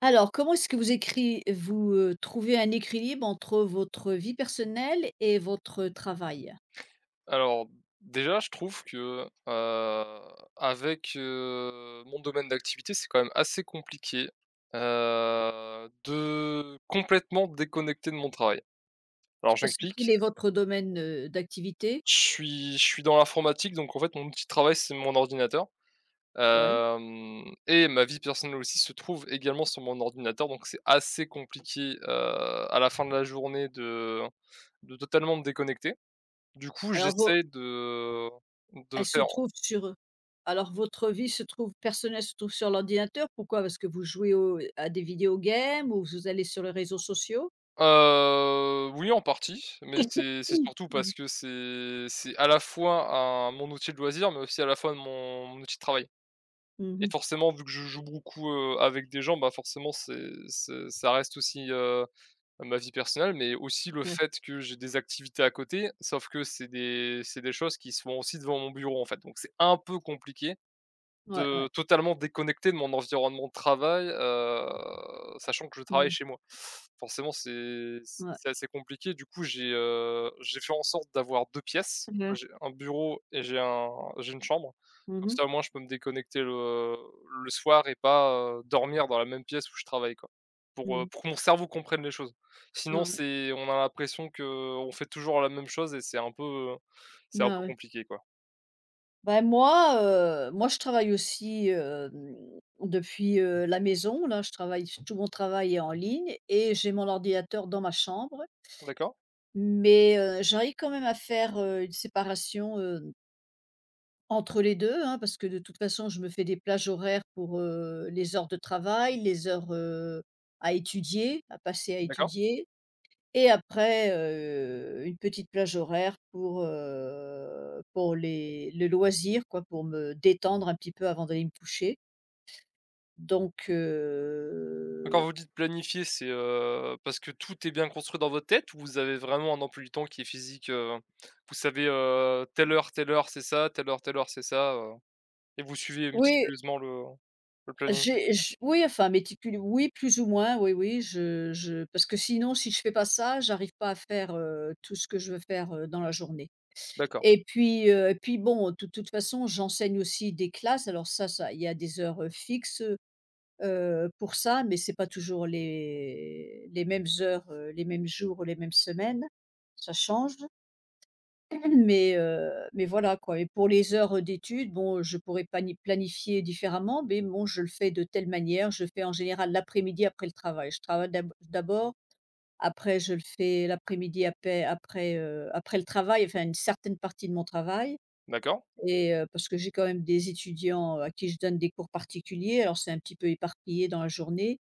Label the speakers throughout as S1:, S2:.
S1: Alors, comment est-ce que vous trouvez un équilibre entre votre vie personnelle et votre travail?
S2: Alors, déjà, je trouve que, avec, mon domaine d'activité, c'est quand même assez compliqué, de complètement déconnecter de mon travail. Alors je
S1: Parce qu'il
S2: m'explique,
S1: est votre domaine, d'activité?
S2: je suis dans l'informatique, donc en fait, mon outil de travail, c'est mon ordinateur,
S1: Ouais.
S2: hem et ma vie personnelle aussi se trouve également sur mon ordinateur, donc c'est assez compliqué, à la fin de la journée de totalement me déconnecter. Du coup,
S1: Alors vo
S2: j'essaie de
S1: elle se
S2: faire.
S1: trouve sur, alors votre vie se trouve personnelle se trouve sur l'ordinateur, pourquoi? Parce que vous jouez au à des video games ou vous allez sur les réseaux sociaux?
S2: Oui en partie, mais c'est
S1: Mmh
S2: surtout parce
S1: mh.
S2: que c'est à la fois un mon outil de loisir, mais aussi à la fois mon outil de travail et
S1: Mmh.
S2: forcément vu que je joue beaucoup, avec des gens, bah, forcément c'est ça reste aussi, ma vie personnelle, mais aussi le
S1: Ouais.
S2: fait que j'ai des activités à côté, sauf que c'est des choses qui sont aussi devant mon bureau, en fait, donc c'est un peu compliqué
S1: Ouais, ouais.
S2: de totalement déconnecter de mon environnement de travail, sachant que je travaille
S1: Mmh.
S2: chez moi. Forcément, c'est
S1: Ouais.
S2: c'est assez compliqué. Du coup, j'ai fait en sorte d'avoir 2 pièces.
S1: Mmh.
S2: J'ai un bureau et j'ai une chambre. Comme
S1: Mmh.
S2: ça, au moins, je peux me déconnecter le soir et pas, dormir dans la même pièce où je travaille, quoi. Pour que mon cerveau comprenne les choses.
S1: Ouais,
S2: Sinon,
S1: ouais.
S2: c'est on a l'impression qu'on fait toujours la même chose et c'est un
S1: Ah
S2: peu
S1: ouais.
S2: compliqué, quoi.
S1: Ben moi, je travaille aussi, depuis, la maison là, je travaille tout mon travail est en ligne et j'ai mon ordinateur dans ma chambre.
S2: D'accord,
S1: Mais, j'arrive quand même à faire, une séparation, entre les 2 hein, parce que de toute façon je me fais des plages horaires pour, les heures de travail, les heures, à étudier, à passer à
S2: d'accord.
S1: étudier. Et après, une petite plage horaire pour les le loisir quoi, pour me détendre un petit peu avant d'aller me coucher. Donc
S2: Quand
S1: heu,
S2: vous dites planifier, c'est, parce que tout est bien construit dans votre tête ou vous avez vraiment un emploi du temps qui est physique, Vous savez, telle heure, c'est ça, telle heure, c'est ça, et vous suivez
S1: oui,
S2: méticuleusement le planning?
S1: j'ai j oui, enfin, méticule oui, plus ou moins, oui, oui, je parce que sinon si je fais pas ça, j'arrive pas à faire, tout ce que je veux faire, dans la journée.
S2: D'accord,
S1: Et puis, bon, de toute façon, j'enseigne aussi des classes alors ça il y a des heures, fixes, pour ça, mais c'est pas toujours les mêmes heures, les mêmes jours les mêmes semaines. Ça change, mais voilà quoi et pour les heures d'études, bon, je pourrais pani planifier différemment, mais bon, je le fais de telle manière. Je fais en général l'après-midi après le travail. Je travaille d'abord, après je le fais l'après-midi après le travail, enfin une certaine partie de mon travail
S2: d'accord,
S1: et parce que j'ai quand même des étudiants à qui je donne des cours particuliers, alors c'est un petit peu éparpillé dans la journée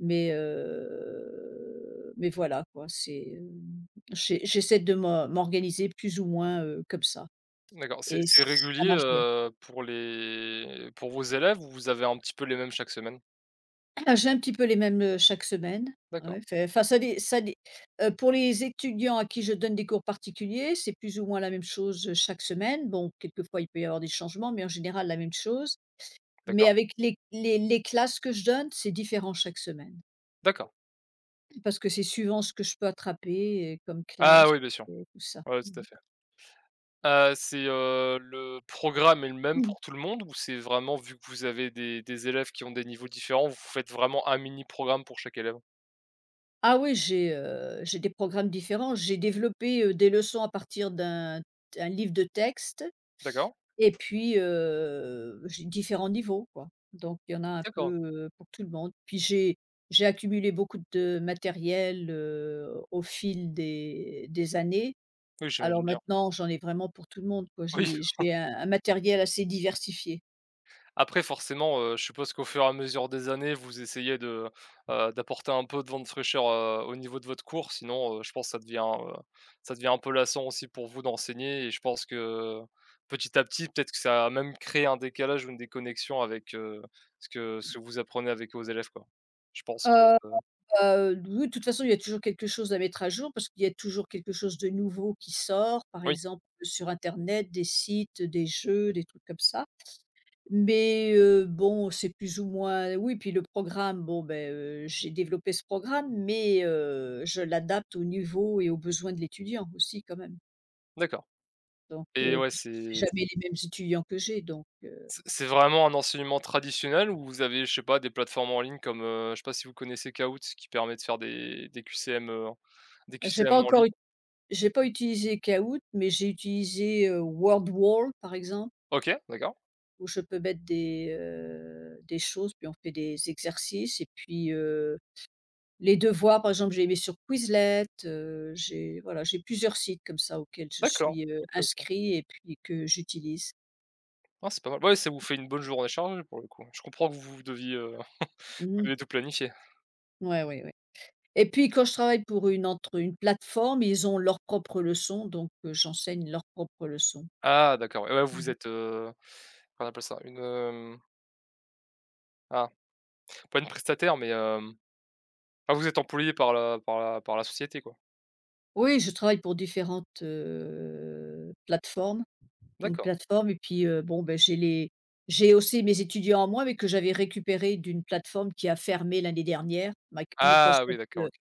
S1: mais voilà quoi, c'est, j'essaie de m'organiser plus ou moins, comme ça
S2: d'accord. C'est
S1: et
S2: c'est
S1: ça
S2: régulier,
S1: marche bien.
S2: pour vos élèves ou vous avez un petit peu les mêmes chaque semaine?
S1: Ah, j'ai un petit peu les mêmes, chaque semaine.
S2: D'accord,
S1: Ouais, fai enfin ça dé pour les étudiants à qui je donne des cours particuliers, c'est plus ou moins la même chose, chaque semaine. Bon, quelquefois, il peut y avoir des changements, mais en général, la même chose. Mais
S2: d'accord,
S1: avec les classes que je donne, c'est différent chaque semaine
S2: d'accord.
S1: parce que c'est suivant ce que je peux attraper et comme
S2: Ah oui,
S1: classe
S2: bien sûr.
S1: et tout ça.
S2: Ouais, ouais,
S1: Mmh.
S2: tout à fait. C'est, le programme est le même pour tout le monde ou c'est vraiment vu que vous avez des élèves qui ont des niveaux différents, vous faites vraiment un mini programme pour chaque élève?
S1: Ah oui, j'ai des programmes différents. J'ai développé, des leçons à partir d'un livre de texte
S2: D'accord,
S1: et puis, j'ai différents niveaux, quoi. Donc il y en a un peu,
S2: d'accord,
S1: pour tout le monde. Puis j'ai accumulé beaucoup de matériel, au fil des années.
S2: oui,
S1: Alors
S2: j'imagine bien.
S1: maintenant, j'en ai vraiment pour tout le monde, quoi.
S2: Oui.
S1: J'ai un matériel assez diversifié.
S2: Après forcément, je suppose qu'au fur et à mesure des années, vous essayez d'apporter un peu de vent de fraîcheur, au niveau de votre cours, sinon, je pense que ça devient un peu lassant aussi pour vous d'enseigner et je pense que, petit à petit, peut-être que ça a même créé un décalage ou une déconnexion avec, ce que vous apprenez avec vos élèves, quoi. Je pense que,
S1: Euh,
S2: heu
S1: oui, de toute façon, il y a toujours quelque chose à mettre à jour parce qu'il y a toujours quelque chose de nouveau qui sort, par
S2: oui,
S1: exemple, sur internet, des sites, des jeux, des trucs comme ça. Mais bon, c'est plus ou moins oui, puis le programme, bon, ben j'ai développé ce programme, mais je l'adapte au niveau et aux besoins de l'étudiant aussi quand même.
S2: d'accord et ouais,
S1: Puis c'est
S2: c'est.
S1: jamais les mêmes étudiants que j'ai,
S2: C'est vraiment un enseignement traditionnel ou vous avez, je sais pas, des plateformes en ligne comme, je sais pas si vous connaissez Kahoot qui permet de faire des QCM, des
S1: j'ai pas
S2: QCM en ligne?
S1: encore ut j'ai pas utilisé Kahoot, mais j'ai utilisé, WordWall, par exemple.
S2: OK, d'accord.
S1: Où je peux mettre des choses, puis on fait des exercices et puis, les devoirs, par exemple, j'ai mis sur Quizlet, j'ai voilà, j'ai plusieurs sites comme ça auxquels je
S2: D'accord.
S1: suis,
S2: OK, OK.
S1: inscrit et puis que j'utilise.
S2: Ah, c'est pas mal. Ouais, ça vous fait une bonne journée chargée pour le coup. Je comprends que vous deviez, vous
S1: Mmh.
S2: deviez tout planifier.
S1: Ouais, ouais, ouais et puis quand je travaille pour une entre une plateforme, ils ont leurs propres leçons, j'enseigne leurs propres leçons.
S2: Ah d'accord, ouais, ouais, vous
S1: Mmh.
S2: êtes, comment appelle ça? Une, ah, pas une prestataire mais, ah, vous êtes employé par la société quoi?
S1: Oui, je travaille pour différentes, plateformes. Une
S2: D'accord.
S1: plateforme et puis, bon, ben j'ai les j'ai aussi mes étudiants en moins, mais que j'avais récupéré d'une plateforme qui a fermé l'année dernière.
S2: Ah oui,
S1: Microsoft,
S2: d'accord, OK.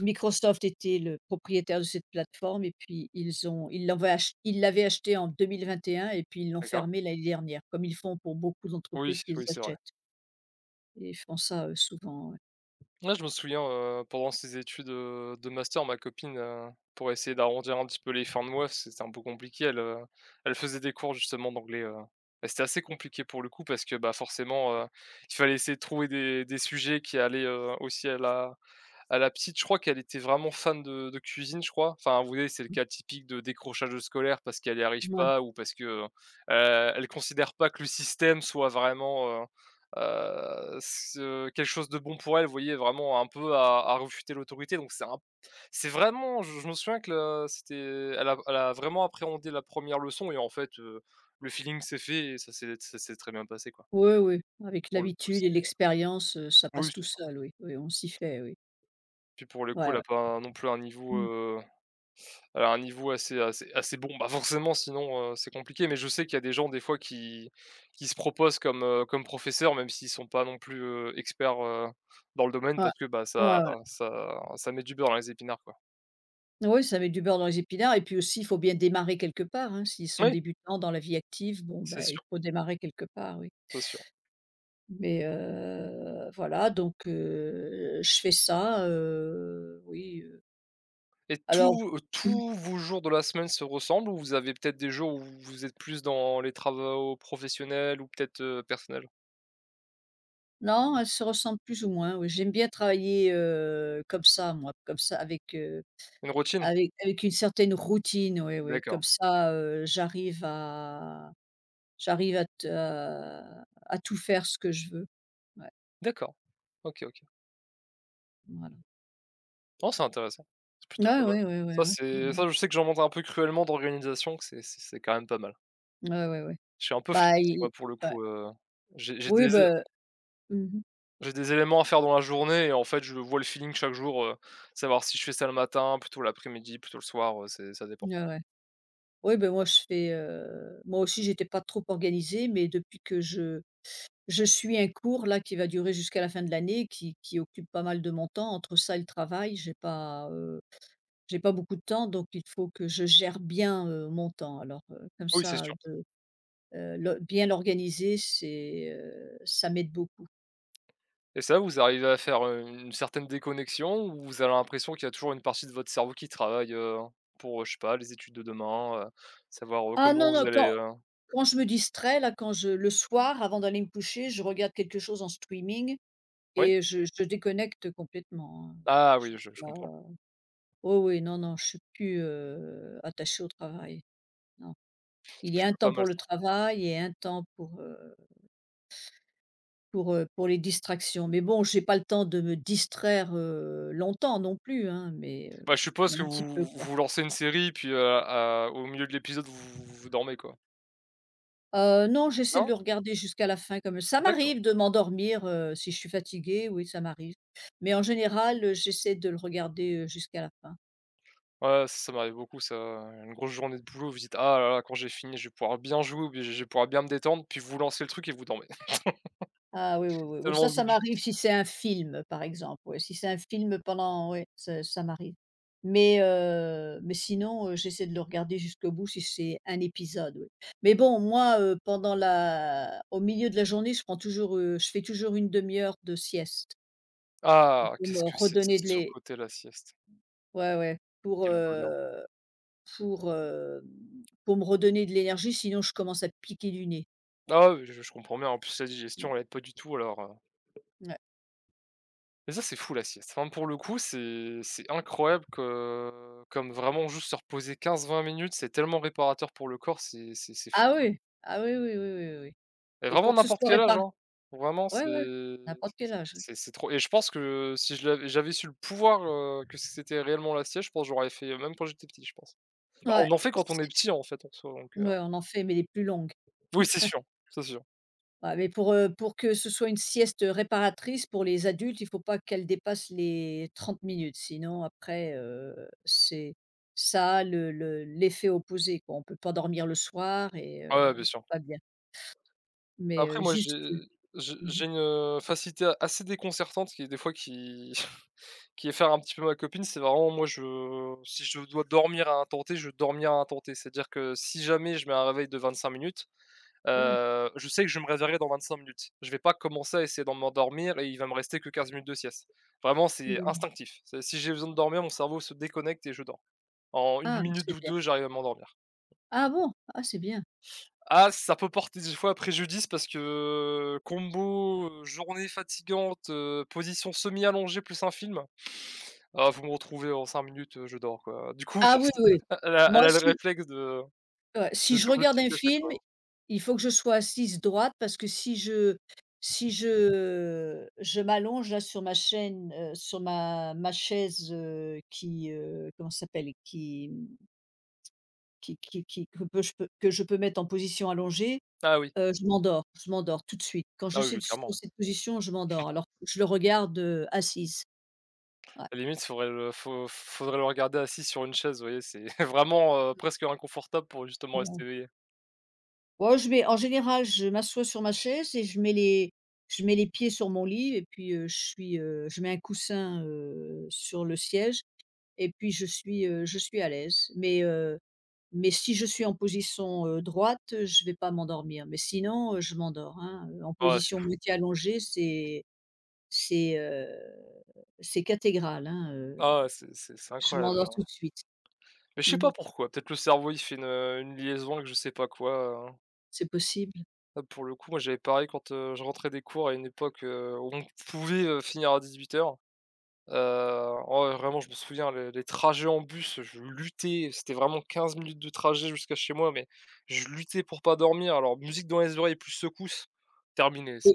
S1: Microsoft était le propriétaire de cette plateforme et puis ils l'avaient acheté en 2021 et puis ils l'ont
S2: D'accord.
S1: fermé l'année dernière, comme ils font pour beaucoup
S2: Oui,
S1: d'entreprises qu'ils
S2: oui, c'est vrai.
S1: achètent. Et ils font ça, souvent, ouais.
S2: Ouais, je me souviens, pendant ses études, de master, ma copine, pour essayer d'arrondir un petit peu les fins de mois, c'était un peu compliqué. Elle, elle faisait des cours justement d'anglais, bah, c'était assez compliqué pour le coup parce que, bah, forcément, il fallait essayer de trouver des sujets qui allaient, aussi à la petite, je crois qu'elle était vraiment fan de cuisine, je crois. Enfin, vous voyez, c'est le cas typique de décrochage scolaire parce qu'elle n'y arrive
S1: Mmh, ouais.
S2: pas ou parce que, elle considère pas que le système soit vraiment, ce quelque chose de bon pour elle. Vous voyez, vraiment un peu à refuter l'autorité donc c'est vraiment je me souviens que le c'était elle a vraiment appréhendé la première leçon et en fait, le feeling s'est fait et ça s'est très bien passé, quoi.
S1: Oui, oui, ouais, ouais, avec
S2: Pour le coup,
S1: l'habitude
S2: c'est
S1: et l'expérience, ça
S2: oui,
S1: passe tout
S2: c'est ça.
S1: seul, oui. Oui, on s'y fait, oui.
S2: Puis pour le coup,
S1: Ouais,
S2: elle a
S1: ouais.
S2: pas non plus un niveau,
S1: Mmh.
S2: alors un niveau assez bon, bah, forcément sinon, c'est compliqué, mais je sais qu'il y a des gens des fois qui se proposent comme, comme professeurs même s'ils sont pas non plus, experts, dans le domaine
S1: Ouais.
S2: parce que, bah,
S1: Ouais,
S2: ça
S1: ouais.
S2: met du beurre dans les épinards, quoi.
S1: Oui, ça met du beurre dans les épinards et puis aussi, il faut bien démarrer quelque part, hein. S'ils sont
S2: Oui,
S1: débutants dans la vie active, bon,
S2: c'est
S1: ben, il
S2: sûr,
S1: faut démarrer quelque part, oui.
S2: c'est sûr
S1: Mais voilà, je fais ça, oui,
S2: et
S1: alors
S2: tous,
S1: mmh,
S2: tous vos jours de la semaine se ressemblent ou vous avez peut-être des jours où vous êtes plus dans les travaux professionnels ou peut-être, personnels?
S1: non, elles se ressemblent plus ou moins, oui. J'aime bien travailler, comme ça, moi, comme ça, avec, heu,
S2: Une routine?
S1: avec avec une certaine routine, oui, oui. Comme
S2: D'accord,
S1: ça, j'arrive à j'arrive à te à tout faire ce que je veux. Ouais,
S2: d'accord. OK, OK.
S1: voilà.
S2: Non, c'est intéressant. C'est plutôt
S1: Ouais,
S2: pas mal.
S1: ouais, ouais, ouais,
S2: Ça,
S1: ouais. Ouais,
S2: c'est
S1: ouais.
S2: ça, je sais que j'en montre un peu cruellement d'organisation, que c'est quand même pas mal.
S1: Ouais, ouais, ouais.
S2: Je suis un peu
S1: Bah, i
S2: flexible moi pour le
S1: i ouais.
S2: coup, j'ai j'ai
S1: Oui,
S2: des é
S1: bah, mmh mh.
S2: j'ai des éléments à faire dans la journée et en fait, je vois le feeling chaque jour, savoir si je fais ça le matin, plutôt l'après-midi, plutôt le soir, c'est ça dépend.
S1: Ouais, ouais. Oui, bah, moi, je fais, moi aussi, j'étais pas trop organisée, mais depuis que je suis un cours, là, qui va durer jusqu'à la fin de l'année, qui occupe pas mal de mon temps. Entre ça et le travail, j'ai pas beaucoup de temps, donc il faut que je gère bien, mon temps. Alors, comme
S2: Oui, c'est
S1: ça,
S2: sûr
S1: de, le bien l'organiser, c'est, ça m'aide beaucoup.
S2: et ça, vous arrivez à faire, une certaine déconnexion ou vous avez l'impression qu'il y a toujours une partie de votre cerveau qui travaille, pour, je sais pas, les études de demain, savoir,
S1: Ah
S2: comment
S1: non,
S2: vous
S1: non,
S2: allez,
S1: quand Quand je me distrais, là, quand je le soir, avant d'aller me coucher, je regarde quelque chose en streaming
S2: oui?
S1: et je déconnecte complètement, hein.
S2: Ah
S1: Je
S2: oui, je
S1: là
S2: comprends.
S1: Oh oui, non, non, je suis plus, attachée au travail, non. Il y a un
S2: Plutôt pas
S1: temps
S2: mal.
S1: pour le travail et un temps pour, pour les distractions. Mais bon, j'ai pas le temps de me distraire, longtemps non plus, hein,
S2: Bah, je suppose
S1: mais
S2: que
S1: un petit peu,
S2: vous
S1: quoi.
S2: vous lancez une série, puis, à au milieu de l'épisode, vous dormez, quoi?
S1: Non, j'essaie de
S2: Non?
S1: le regarder jusqu'à la fin comme ça
S2: D'accord.
S1: m'arrive de m'endormir, si je suis fatiguée, oui, ça m'arrive. Mais en général, j'essaie de le regarder, jusqu'à la fin.
S2: Ouais, ça m'arrive beaucoup ça, une grosse journée de boulot, vous dites: «Ah là là, quand j'ai fini, je vais pouvoir bien jouer, puis je vais pouvoir bien me détendre», puis vous lancez le truc et vous dormez.
S1: Ah oui, oui, oui, oui,
S2: Tellement
S1: ça,
S2: vous
S1: ça
S2: êtes
S1: m'arrive si c'est un film, par exemple, ouais, si c'est un film pendant ouais, ça ça m'arrive. Mais sinon, j'essaie de le regarder jusqu'au bout si c'est un épisode, oui. Mais bon, moi, pendant la au milieu de la journée, je prends toujours, je fais toujours une demi heure de sieste
S2: ah,
S1: pour
S2: qu'est-ce
S1: me
S2: que c'est
S1: redonner de
S2: sous
S1: l'é
S2: côté la sieste,
S1: ouais, ouais. pour,
S2: quel bonheur.
S1: heu Pour, hem, pour me redonner de l'énergie, sinon je commence à piquer du nez.
S2: Ah oui, je comprends bien, en plus la
S1: Mmh,
S2: digestion, elle aide pas du tout alors,
S1: ouais.
S2: mais ça, c'est fou la sieste. Enfin, pour le coup, c'est incroyable que comme vraiment juste se reposer 15-20 minutes, c'est tellement réparateur pour le corps, c'est fou.
S1: Ah oui, ah oui, oui, oui, oui, oui
S2: Mais
S1: et
S2: vraiment
S1: pour que ce
S2: n'importe
S1: soit
S2: quel âge,
S1: répar
S2: hein. Vraiment,
S1: ouais, ouais,
S2: c'est
S1: n'importe quel âge, ouais.
S2: c'est c'est trop et je pense que si je l'av j'avais su le pouvoir, que c'était réellement la sieste, je pense j'aurais fait, même quand j'étais petit, je pense. Bah, on
S1: Ouais,
S2: en fait quand on est
S1: c'est
S2: petit, en fait, en soi, donc
S1: ouais, on en fait, mais les plus longues.
S2: oui, c'est sûr, c'est sûr.
S1: Ouais, mais pour que ce soit une sieste réparatrice pour les adultes, il ne faut pas qu'elle dépasse les 30 minutes, sinon après, c'est ça a le l'effet opposé, quoi. On ne peut pas dormir le soir et
S2: Ouais, ouais, bien
S1: c'est
S2: sûr.
S1: pas bien. Mais,
S2: Après moi, j'ai
S1: juste,
S2: j'ai
S1: mmh.
S2: j'ai une, facilité assez déconcertante qui, des fois, qui qui effare un petit peu ma copine. C'est vraiment moi, je si je dois dormir à un temps T, je vais dormir à un temps T. C'est-à-dire que si jamais je mets un réveil de 25 minutes.
S1: Ouais.
S2: Je sais que je vais me réveillerai dans 25 minutes. Je vais pas commencer à essayer d'en m'endormir et il va me rester que 15 minutes de sieste. Vraiment, c'est
S1: Mmh.
S2: instinctif. C'est si j'ai besoin de dormir, mon cerveau se déconnecte et je dors. En une
S1: Ah,
S2: minute
S1: c'est
S2: ou
S1: bien.
S2: 2, j'arrive à m'endormir.
S1: Ah bon? Ah, c'est bien.
S2: Ah, ça peut porter des fois à préjudice parce que combo, journée fatigante, position semi-allongée plus un film, ah vous me retrouvez en 5 minutes, je dors quoi. Du coup,
S1: Ah
S2: forc
S1: oui, oui.
S2: elle a elle
S1: Moi,
S2: a le
S1: si
S2: réflexe de
S1: Ouais,
S2: de
S1: si je
S2: double
S1: regarde un
S2: checker à chaque
S1: film,
S2: fois.
S1: il faut que je sois assise droite parce que si je m'allonge là sur ma chaîne, sur ma chaise, qui, comment ça s'appelle? Qui, mmh, qui que peux je peux que je peux mettre en position allongée,
S2: Ah oui,
S1: je m'endors tout de suite. Quand je
S2: ah oui,
S1: suis
S2: oui, clairement.
S1: sur cette position, je m'endors. Alors, je le regarde, assise.
S2: À la limite, faudrait le faut faudrait le regarder assis sur une chaise, vous voyez? C'est vraiment, presque inconfortable pour justement rester
S1: Ouais.
S2: éveillé.
S1: Bon, je mets en général, je m'assois sur ma chaise et je mets les pieds sur mon lit et puis, je suis, je mets un coussin, sur le siège et puis je suis à l'aise. Mais si je suis en position, droite, je vais pas m'endormir. Mais sinon, je m'endors, hein, en
S2: Ah ouais, c'est
S1: position moitié allongée, c'est c'est, heu, c'est, cathédrale hein,
S2: c'est
S1: je
S2: incroyable,
S1: m'endors tout
S2: hein.
S1: de suite.
S2: Mais je sais
S1: Mmh.
S2: pas pourquoi, peut-être le cerveau, il fait une liaison que je sais pas quoi, hein.
S1: C'est possible.
S2: Là, pour le coup, moi, j'avais pareil quand, je rentrais des cours à une époque, où on pouvait, finir à 18:00. Heu, oh ouais, vraiment, je me souviens les trajets en bus, je luttais, c'était vraiment 15 minutes de trajet jusqu'à chez moi, mais je luttais pour pas dormir. Alors musique dans les oreilles plus secousses, terminé. C'est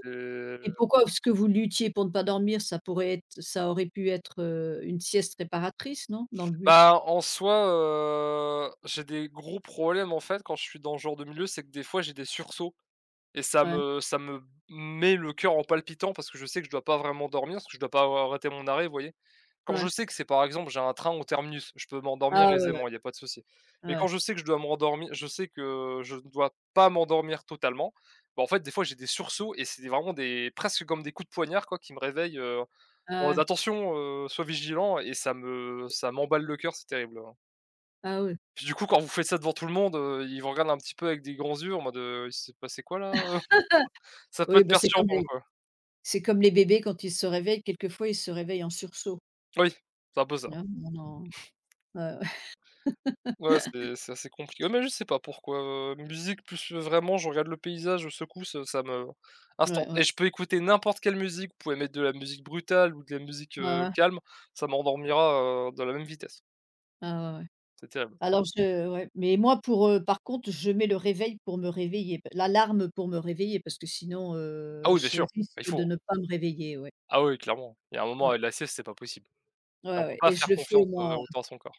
S1: Et pourquoi est-ce que vous luttiez pour ne pas dormir? Ça pourrait être ça aurait pu être, une sieste réparatrice, non? Dans le bus?
S2: Bah, en soi, j'ai des gros problèmes, en fait, quand je suis dans ce genre de milieu, c'est que des fois, j'ai des sursauts et ça
S1: Ouais,
S2: me ça me met le cœur en palpitant parce que je sais que je dois pas vraiment dormir, parce que je dois pas arrêter mon arrêt, vous voyez? Quand je
S1: ouais.
S2: sais que c'est, par exemple, j'ai un train au terminus, je peux m'endormir
S1: Ah ouais,
S2: aisément, il y a pas de souci.
S1: ouais,
S2: Mais
S1: ouais.
S2: quand je sais que je dois m'endormir je sais que je ne dois pas m'endormir totalement, bah, en fait, des fois, j'ai des sursauts et c'est vraiment des presque comme des coups de poignard, quoi, qui me réveillent,
S1: Ah
S2: oh
S1: ouais,
S2: attention, sois vigilant et ça m'emballe le cœur, c'est terrible, hein.
S1: ah oui.
S2: Puis du coup, quand vous faites ça devant tout le monde, ils vous regardent un petit peu avec des grands yeux en mode, «Il s'est passé quoi là, ça peut
S1: Oui,
S2: être
S1: bah,
S2: perturbant, quoi.
S1: c'est comme les bébés quand ils se réveillent, quelquefois ils se réveillent en sursaut.
S2: Oui, c'est un peu ça.
S1: Hein, on en ouais, ouais.
S2: Ouais, c'est assez compliqué. Ouais, mais je sais pas pourquoi, musique plus, vraiment je regarde le paysage, je secousse, ça me instant
S1: Ouais,
S2: et
S1: ouais.
S2: je peux écouter n'importe quelle musique, vous pouvez mettre de la musique brutale ou de la musique,
S1: Ouais, ouais.
S2: calme, ça m'endormira, de la même vitesse.
S1: Ah ouais, ouais.
S2: C'est terrible.
S1: Alors je ouais, mais moi pour, par contre, je mets le réveil pour me réveiller, p l'alarme pour me réveiller parce que sinon,
S2: Ah oui, bien
S1: je
S2: sûr,
S1: risque
S2: il
S1: de
S2: faut, hein.
S1: ne pas me réveiller, ouais.
S2: Ah oui, clairement. Il y a un moment,
S1: Ouais,
S2: la sieste, c'est pas possible. Et on
S1: ouais,
S2: peut
S1: ouais
S2: pas
S1: et
S2: faire
S1: je le fais
S2: confiance,
S1: au moins
S2: autant à son corps.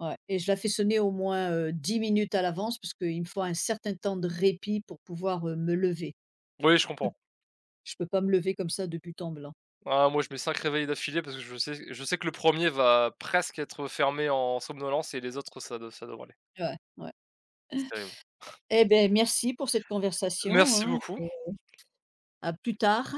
S1: ouais et je la fais sonner au moins, 10 minutes à l'avance parce qu'il me faut un certain temps de répit pour pouvoir, me lever.
S2: Oui, je comprends.
S1: Je peux pas me lever comme ça de but en blanc.
S2: Ah moi je mets 5 réveils d'affilée parce que je sais que le premier va presque être fermé en somnolence et les autres ça devrait aller.
S1: Ouais, ouais.
S2: C'est terrible.
S1: Eh beh, merci pour cette conversation,
S2: Merci
S1: hein,
S2: beaucoup.
S1: à plus tard.